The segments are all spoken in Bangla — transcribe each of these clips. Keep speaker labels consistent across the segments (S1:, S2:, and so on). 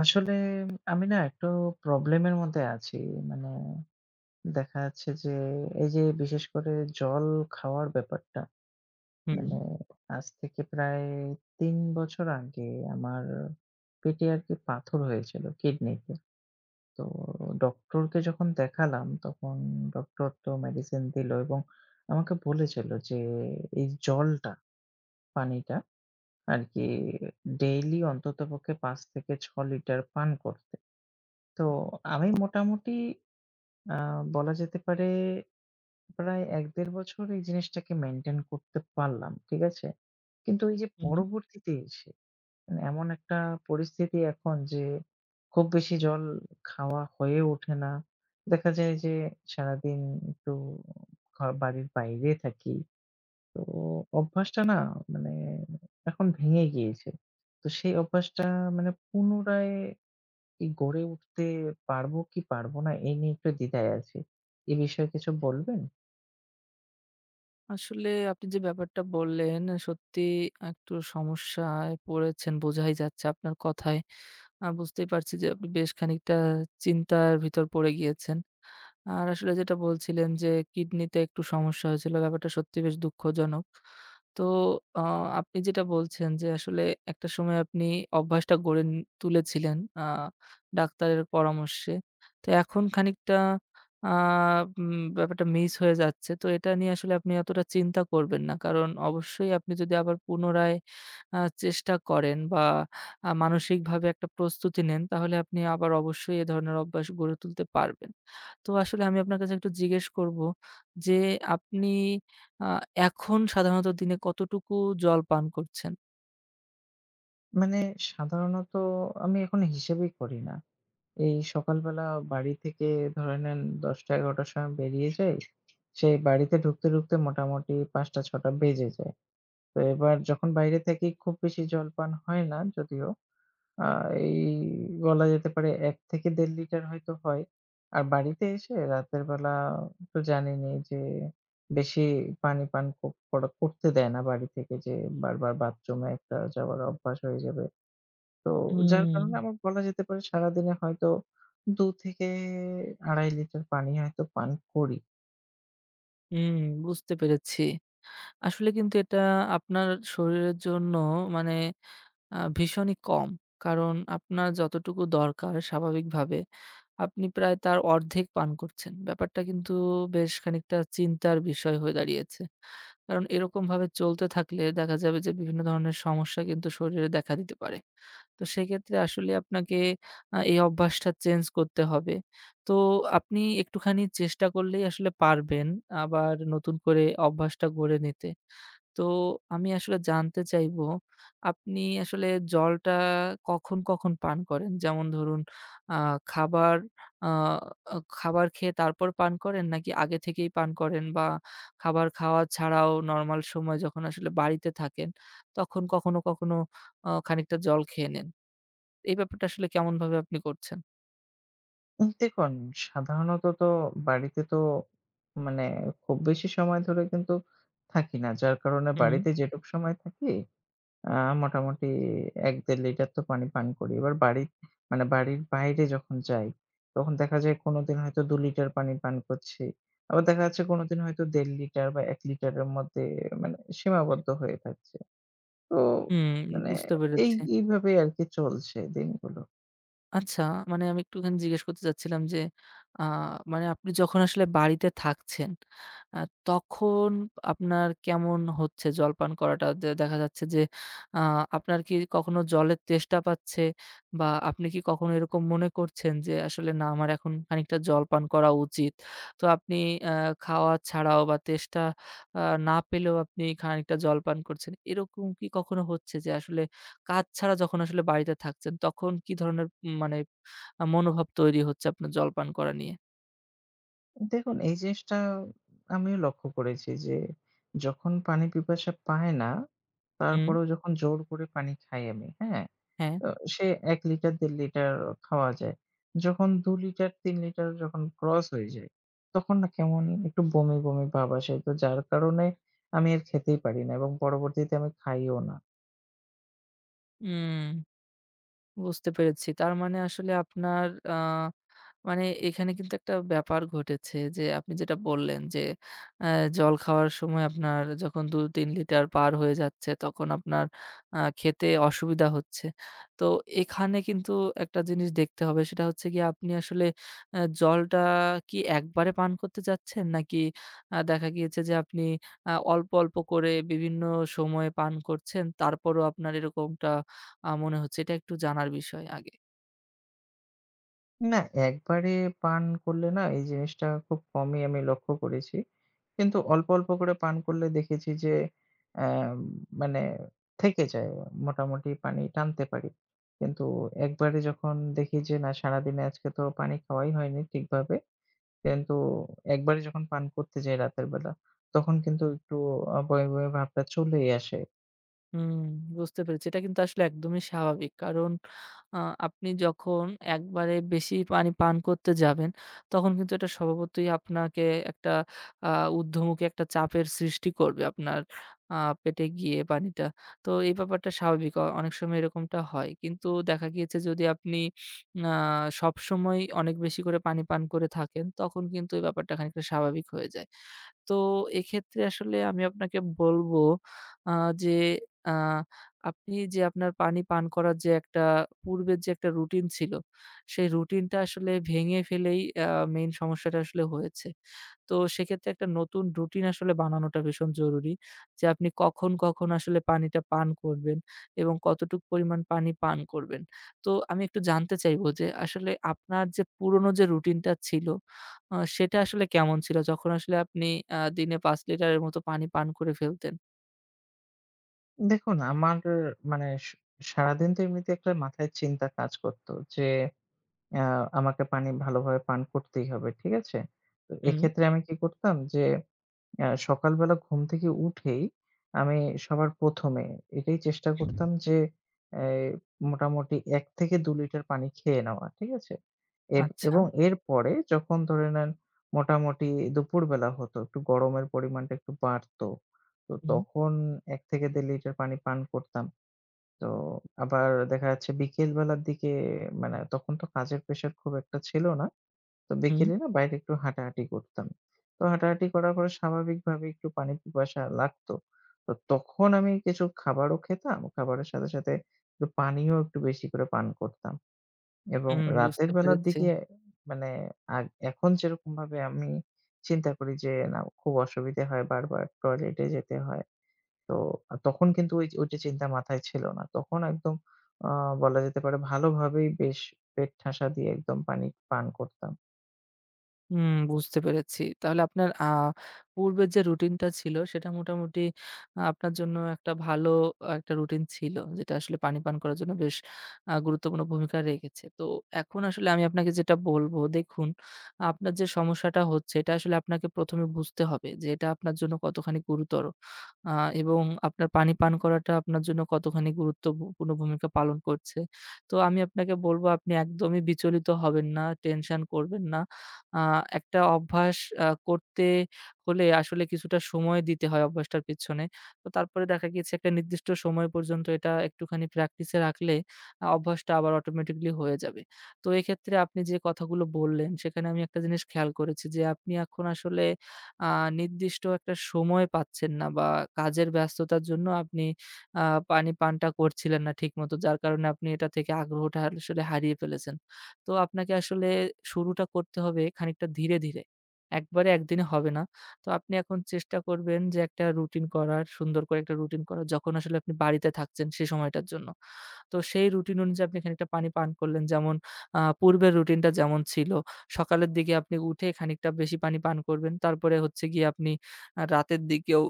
S1: আসলে আমি না একটু প্রবলেমের মধ্যে আছি। মানে দেখা যাচ্ছে যে এই যে বিশেষ করে জল খাওয়ার ব্যাপারটা।
S2: হুম,
S1: মানে আজ থেকে প্রায় ৩ বছর আগে আমার পেটে আরকি পাথর হয়েছিল কিডনিতে। তো ডক্টরকে যখন দেখালাম তখন ডক্টর তো মেডিসিন দিল এবং আমাকে বলেছিল যে এই জলটা, পানিটা আরকি ডেইলি অন্ততপক্ষে ৫ থেকে ৬ লিটার পান করতে। তো আমি মোটামুটি আ বলা যেতে পারে প্রায় ১-১.৫ বছর এই জিনিসটাকে মেইনটেইন করতে পারলাম। ঠিক আছে? কিন্তু এই যে
S2: হুম।
S1: পরবর্তীতে এসে মানে এমন একটা পরিস্থিতি এখন যে খুব বেশি জল খাওয়া হয়ে ওঠে না। দেখা যায় যে সারাদিন একটু ঘর বাড়ির বাইরে থাকি। তো অভ্যাসটা না মানে এখন ভেঙে গিয়েছে। তো সেই অভ্যাসটা মানে পুনরায় এই গড়ে উঠতে পারবো কি পারবো না এই নিয়ে একটু দ্বিধায় আছি। এ বিষয়ে কিছু বলবেন?
S2: আসলে আপনি যে ব্যাপারটা বললেন সত্যি একটু সমস্যায় পড়েছেন বোঝাই যাচ্ছে আপনার কথায়। বুঝতেই পারছি যে আপনি বেশ খানিকটা চিন্তার ভিতর পড়ে গিয়েছেন। আর আসলে যেটা বলছিলেন যে কিডনিতে একটু সমস্যা হয়েছিল ব্যাপারটা সত্যি বেশ দুঃখজনক। তো আ আপনি যেটা বলছেন যে আসলে একটা সময় আপনি অভ্যাসটা গড়ে তুলেছিলেন ডাক্তারের পরামর্শে। তো এখন খানিকটা আ উম ব্যাপারটা মিস হয়ে যাচ্ছে। তো এটা নিয়ে আসলে আপনি এতটা চিন্তা করবেন না। কারণ অবশ্যই আপনি যদি আবার পুনরায় চেষ্টা করেন বা মানসিকভাবে একটা প্রস্তুতি নেন, তাহলে আপনি আবার অবশ্যই এ ধরনের অভ্যাস গড়ে তুলতে পারবেন। তো আসলে আমি আপনার কাছে একটু জিজ্ঞেস করব যে, আপনি আ এখন সাধারণত দিনে কতটুকু জল পান করছেন?
S1: মানে সাধারণত আমি এখন হিসেবই করি না। এই সকালবেলা বাড়ি থেকে ধরে নেন ১০টা-১১টার সময় বেরিয়ে যাই। সেই বাড়িতে ঢুকতে, ঢুকতে মোটামুটি ৫টা-৬টা বেজে যায়। তো এবার যখন বাইরে থাকি খুব বেশি জলপান হয় না যদিও। আ এই বলা যেতে পারে ১ থেকে ১.৫ লিটার হয়তো হয়। আর বাড়িতে এসে রাতের বেলা তো জানেনই যে বেশি পানি পান করা করতে দেয় না বাড়ি থেকে যে বারবার বাথরুমে একটা যাওয়ার অভ্যাস হয়ে যাবে। তো যার কারণে
S2: হুম,
S1: আমার বলা যেতে পারে সারাদিনে হয়তো ২ থেকে ২.৫ লিটার পানি হয়তো পান করি।
S2: হুম, বুঝতে পেরেছি। আসলে কিন্তু এটা আপনার শরীরের জন্য মানে ভীষণই কম। কারণ আপনার যতটুকু দরকার স্বাভাবিকভাবে আপনি প্রায় তার অর্ধেক পান করছেন। ব্যাপারটা কিন্তু বেশ খানিকটা চিন্তার বিষয় হয়ে দাঁড়িয়েছে। কারণ এরকমভাবে চলতে থাকলে দেখা যাবে যে বিভিন্ন ধরনের সমস্যা কিন্তু শরীরে দেখা দিতে পারে। তো সেক্ষেত্রে আসলে আপনাকে এই অভ্যাসটা চেঞ্জ করতে হবে। তো আপনি একটুখানি চেষ্টা করলেই আসলে পারবেন আবার নতুন করে অভ্যাসটা গড়ে নিতে। তো আমি আসলে জানতে চাইবো, আপনি আসলে জলটা কখন, কখন পান করেন? যেমন ধরুন আ খাবার আ আ খাবার খেয়ে তারপর পান করেন? নাকি আগে থেকেই পান করেন? বা খাবার খাওয়া ছাড়াও নরমাল সময় যখন আসলে বাড়িতে থাকেন, তখন কখনো, কখনো খানিকটা জল খেয়ে নেন? এই ব্যাপারটা আসলে কেমনভাবে আপনি করছেন?
S1: দেখুন সাধারণত তো বাড়িতে তো মানে খুব বেশি সময় ধরে কিন্তু থাকি না। যার কারণে
S2: হুম,
S1: বাড়িতে যেটুক সময় থাকি আ মোটামুটি ১-১.৫ লিটার তো পানি পান করি। এবার বাড়ির মানে বাড়ির বাইরে যখন যাই, তখন দেখা যায় কোনোদিন হয়তো ২ লিটার পানি পান করছি। আবার দেখা যাচ্ছে কোনোদিন হয়তো ১.৫ লিটার বা ১ লিটারের মধ্যে মানে সীমাবদ্ধ হয়ে থাকছে। তো
S2: হুম,
S1: মানে
S2: বুঝতে পেরেছি।
S1: এইভাবেই আরকি চলছে দিনগুলো।
S2: আচ্ছা, মানে আমি একটুখানি জিজ্ঞেস করতে চাচ্ছিলাম যে, আ মানে আপনি যখন আসলে বাড়িতে থাকছেন, আ তখন আপনার কেমন হচ্ছে জলপান করাটা? দেখা যাচ্ছে যে, আ আপনার কি কখনো জলের তেষ্টা পাচ্ছে? বা আপনি কি কখনো এরকম মনে করছেন যে, আসলে না আমার এখন খানিকটা জলপান করা উচিত? তো আপনি আ খাওয়া ছাড়াও বা তেষ্টা আ না পেলেও আপনি খানিকটা জলপান করছেন। এরকম কি কখনো হচ্ছে যে আসলে কাজ ছাড়া যখন আসলে বাড়িতে থাকছেন, তখন কি ধরনের মানে মনোভাব তৈরি হচ্ছে আপনার জলপান করা নিয়ে?
S1: দেখুন এই জিনিসটা আমিও লক্ষ্য করেছি যে, যখন পানি পিপাসা পায় না,
S2: হুম,
S1: তারপরেও যখন জোর করে পানি খাই আমি, হ্যাঁ?
S2: হ্যাঁ।
S1: আ সে ১ লিটার ১.৫ লিটার খাওয়া যায়। যখন ২ লিটার ৩ লিটার যখন ক্রস হয়ে যায়, তখন না কেমন একটু বমি, বমি ভাব আসে। তো যার কারণে আমি আর খেতেই পারি না এবং পরবর্তীতে আমি খাইও না।
S2: উম বুঝতে পেরেছি। তার মানে আসলে আপনার আ মানে এখানে কিন্তু একটা ব্যাপার ঘটেছে যে আপনি যেটা বললেন যে অ্যা জল খাওয়ার সময় আপনার যখন ২-৩ লিটার পার হয়ে যাচ্ছে তখন আপনার খেতে অসুবিধা হচ্ছে। তো এখানে কিন্তু একটা জিনিস দেখতে হবে সেটা হচ্ছে গিয়ে আপনি আসলে জলটা কি একবারে পান করতে চাচ্ছেন? নাকি দেখা গিয়েছে যে আপনি অল্প, অল্প করে বিভিন্ন সময়ে পান করছেন তারপরও আপনার এরকমটা মনে হচ্ছে? এটা একটু জানার বিষয় আগে।
S1: না, একবারে পান করলে না এই জিনিসটা খুব কমই আমি লক্ষ্য করেছি। কিন্তু অল্প, অল্প করে পান করলে দেখেছি যে অ্যা মানে থেকে যায়। মোটামুটি পানি টানতে পারি। কিন্তু একবারে যখন দেখি যে না সারাদিনে আজকে তো পানি খাওয়াই হয়নি ঠিকভাবে। কিন্তু একবারে যখন পান করতে যাই রাতের বেলা, তখন কিন্তু একটু বমি, বমি ভাবটা চলেই আসে।
S2: হুম, বুঝতে পেরেছি। এটা কিন্তু আসলে একদমই স্বাভাবিক। কারণ আ আপনি যখন একবারে বেশি পানি পান করতে যাবেন, তখন কিন্তু এটা স্বভাবতই আপনাকে একটা আ ঊর্ধ্বমুখী একটা চাপের সৃষ্টি করবে আপনার আ পেটে গিয়ে পানিটা। তো এই ব্যাপারটা স্বাভাবিক। অনেক সময় এরকমটা হয়। কিন্তু দেখা গিয়েছে যদি আপনি আ সবসময় অনেক বেশি করে পানি পান করে থাকেন, তখন কিন্তু এই ব্যাপারটা খানিকটা স্বাভাবিক হয়ে যায়। তো এক্ষেত্রে আসলে আমি আপনাকে বলব আ যে আ আপনি যে আপনার পানি পান করার যে একটা পূর্বের যে একটা রুটিন ছিল, সেই রুটিনটা আসলে ভেঙে ফেলেই মেইন সমস্যাটা আসলে হয়েছে। তো সেক্ষেত্রে একটা নতুন রুটিন আসলে বানানোটা ভীষণ জরুরি। যে আপনি কখন, কখন আসলে পানিটা পান করবেন এবং কতটুক পরিমাণ পানি পান করবেন। তো আমি একটু জানতে চাইবো যে আসলে আপনার যে পুরনো যে রুটিনটা ছিল সেটা আসলে কেমন ছিল? যখন আসলে আপনি দিনে ৫ লিটারের মতো পানি পান করে ফেলতেন?
S1: দেখুন আমার মানে সারাদিন তো এমনিতে একটা মাথায় চিন্তা কাজ করত যে আ আমাকে পানি ভালোভাবে পান করতেই হবে। ঠিক আছে? তো
S2: হুম।
S1: এক্ষেত্রে আমি কি করতাম যে সকালবেলা ঘুম থেকে উঠেই আমি সবার ১ম এ এটাই চেষ্টা করতাম যে অ্যা মোটামুটি ১ থেকে ২ লিটার পানি খেয়ে নেওয়া। ঠিক আছে?
S2: আচ্ছা।
S1: এবং এরপরে যখন ধরে নেন মোটামুটি দুপুরবেলা হতো, একটু গরমের পরিমাণটা একটু বাড়তো। তো
S2: হুম,
S1: তখন ১ থেকে ১.৫ লিটার পানি পান করতাম। তো আবার দেখা যাচ্ছে বিকেল বেলার দিকে মানে তখন তো কাজের প্রেশার খুব একটা ছিল না। তো
S2: হুম,
S1: বিকেলে না বাইরে একটু হাঁটাহাঁটি করতাম। তো হাঁটাহাঁটি করার পরে স্বাভাবিকভাবে একটু পানির পিপাসা লাগতো। তো তখন আমি কিছু খাবারও খেতাম। খাবারের সাথে, সাথে একটু পানিও একটু বেশি করে পান করতাম এবং
S2: হুম,
S1: রাতের
S2: বুঝতে
S1: বেলার
S2: পেরেছি।
S1: দিকে মানে আগ এখন যেরকমভাবে আমি চিন্তা করি যে, না খুব অসুবিধে হয় বারবার টয়লেটে যেতে হয়। তো তখন কিন্তু ওইটা চিন্তা মাথায় ছিল না। তখন একদম আ বলা যেতে পারে ভালোভাবেই বেশ পেট ঠাসা দিয়ে একদম পানি পান করতাম।
S2: হুম, বুঝতে পেরেছি। তাহলে আপনার পূর্বের যে রুটিনটা ছিল সেটা মোটামুটি আপনার জন্য একটা ভালো একটা রুটিন ছিল। যেটা আসলে পানি পান করার জন্য বেশ গুরুত্বপূর্ণ ভূমিকা রেখেছে। তো এখন আসলে আমি আপনাকে যেটা বলব, দেখুন আপনার যে সমস্যাটা হচ্ছে এটা আসলে আপনাকে ১ম এ বুঝতে হবে যে এটা আপনার জন্য কতখানি গুরুতর। আ এবং আপনার পানি পান করাটা আপনার জন্য কতখানি গুরুত্বপূর্ণ ভূমিকা পালন করছে। তো আমি আপনাকে বলব আপনি একদমই বিচলিত হবেন না, টেনশন করবেন না। আ একটা অভ্যাস করতে হলে আসলে কিছুটা সময় দিতে হয় অভ্যাসটার পেছনে। তো তারপরে দেখা গিয়েছে একটা নির্দিষ্ট সময় পর্যন্ত এটা একটুখানি প্র্যাকটিসে রাখলে অভ্যাসটা আবার অটোমেটিক্যালি হয়ে যাবে। তো এক্ষেত্রে আপনি যে কথাগুলো বললেন সেখানে আমি একটা জিনিস খেয়াল করেছি যে আপনি এখন আসলে আ নির্দিষ্ট একটা সময় পাচ্ছেন না বা কাজের ব্যস্ততার জন্য আপনি আ পানি পানটা করছিলেন না ঠিকমতো। যার কারণে আপনি এটা থেকে আগ্রহটা আসলে হারিয়ে ফেলেছেন। তো আপনাকে আসলে শুরুটা করতে হবে খানিকটা ধীরে, ধীরে। একবারে একদিনে হবে না। তো আপনি এখন চেষ্টা করবেন যে একটা রুটিন করার, সুন্দর করে একটা রুটিন করার যখন আসলে আপনি বাড়িতে থাকছেন সেই সময়টার জন্য। তো সেই রুটিন অনুযায়ী আপনি খানিকটা পানি পান করলেন। যেমন পূর্বের রুটিনটা যেমন ছিল, সকালের দিকে আপনি উঠে খানিকটা বেশি পানি পান করবেন। তারপরে হচ্ছে গিয়ে আপনি রাতের দিকেও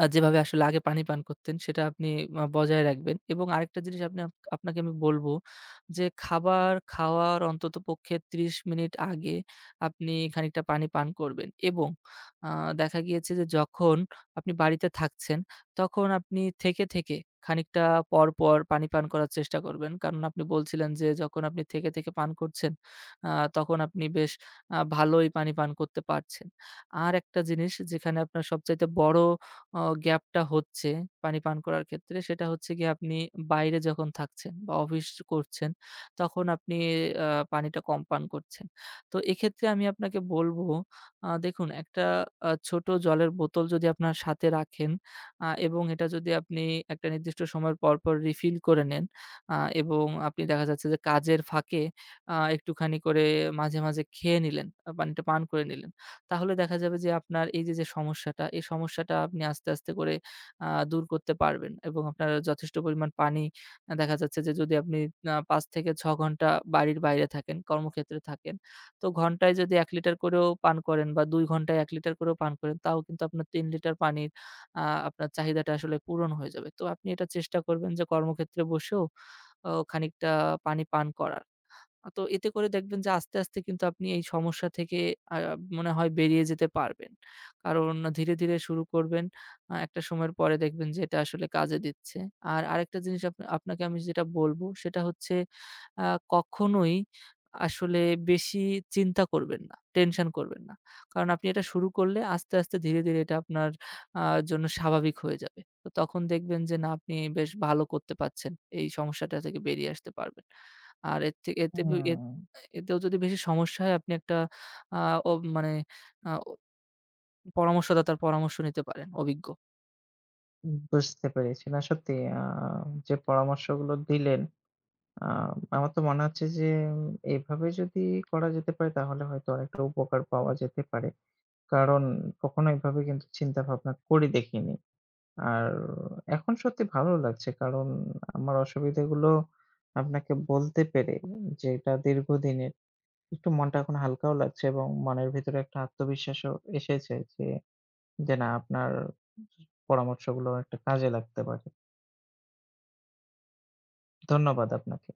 S2: যেভাবে আসলে আগে পানি পান করতেন সেটা আপনি বজায় রাখবেন এবং আরেকটা জিনিস আপনি আপ আপনাকে আমি বলব যে খাবার খাওয়ার অন্ততপক্ষে ৩০ মিনিট আগে আপনি খানিকটা পানি পান করবেন এবং আ দেখা গিয়েছে যে যখন আপনি বাড়িতে থাকছেন তখন আপনি থেকে, থেকে খানিকটা পর, পর পানি পান করার চেষ্টা করবেন। কারণ আপনি বলছিলেন যে যখন আপনি থেকে, থেকে পান করছেন আ তখন আপনি বেশ ভালোই পানি পান করতে পারছেন। আর একটা জিনিস যেখানে আপনার সবচাইতে বড় অ গ্যাপটা হচ্ছে পানি পান করার ক্ষেত্রে সেটা হচ্ছে গিয়ে আপনি বাইরে যখন থাকছেন বা অফিস করছেন তখন আপনি আ পানিটা কম পান করছেন। তো এক্ষেত্রে আমি আপনাকে বলব দেখুন একটা ছোট জলের বোতল যদি আপনার সাথে রাখেন এবং এটা যদি আপনি একটা নির্দিষ্ট সময় পর, পর রিফিল করে নেন আ এবং আপনি দেখা যাচ্ছে যে কাজের ফাঁকে একটুখানি করে মাঝে, মাঝে খেয়ে নিলেন, পানিটা পান করে নিলেন। তাহলে দেখা যাবে যে আপনার এই যে সমস্যাটা, এই সমস্যাটা আপনি আস্তে, আস্তে করে আ দূর করতে পারবেন এবং আপনার যথেষ্ট পরিমাণ পানি দেখা যাচ্ছে যে যদি আপনি ৫ থেকে ৬ ঘন্টা বাড়ির বাইরে থাকেন, কর্মক্ষেত্রে থাকেন, তো ঘন্টায় যদি ১ লিটার করেও পান করেন বা ২ ঘন্টায় ১ লিটার করেও পান করেন, তাও কিন্তু আপনার ৩ লিটার পানির আ আপনার চাহিদাটা আসলে পূরণ হয়ে যাবে। তো আপনি এটা চেষ্টা করবেন যে কর্মক্ষেত্রে বসেও খানিকটা পানি পান করার। তো এতে করে দেখবেন যে আস্তে, আস্তে কিন্তু আপনি এই সমস্যা থেকে আ মনে হয় বেরিয়ে যেতে পারবেন। কারণ ধীরে, ধীরে শুরু করবেন। একটা সময়ের পরে দেখবেন যে এটা আসলে কাজে দিচ্ছে। আর আরেকটা জিনিস আপনাকে আমি যেটা বলব সেটা হচ্ছে আ কখনোই আসলে বেশি চিন্তা করবেন না, টেনশন করবেন না। কারণ আপনি এটা শুরু করলে আস্তে, আস্তে ধীরে, ধীরে এটা আপনার আ জন্য স্বাভাবিক হয়ে যাবে। তো তখন দেখবেন যে না আপনি বেশ ভালো করতে পারছেন। এই সমস্যাটা থেকে বেরিয়ে আসতে পারবেন। আর এর থেকে
S1: হুম।
S2: এত এতেও যদি বেশি সমস্যা হয় আপনি একটা আ ও মানে আ পরামর্শদাতার পরামর্শ নিতে পারেন অভিজ্ঞ।
S1: বুঝতে পেরেছি। না সত্যি আ যে পরামর্শগুলো দিলেন, আ আমার তো মনে হচ্ছে যে এভাবে যদি করা যেতে পারে তাহলে হয়তো অনেকটা উপকার পাওয়া যেতে পারে। কারণ কখনো এভাবে কিন্তু চিন্তা ভাবনা করে দেখিনি। আর এখন সত্যি ভালো লাগছে। কারণ আমার অসুবিধাগুলো আপনাকে বলতে পেরে যে এটা দীর্ঘদিনের একটু মনটা এখন হালকাও লাগছে এবং মনের ভিতরে একটা আত্মবিশ্বাসও এসেছে যে, না আপনার পরামর্শগুলো একটা কাজে লাগতে পারে। ধন্যবাদ আপনাকে।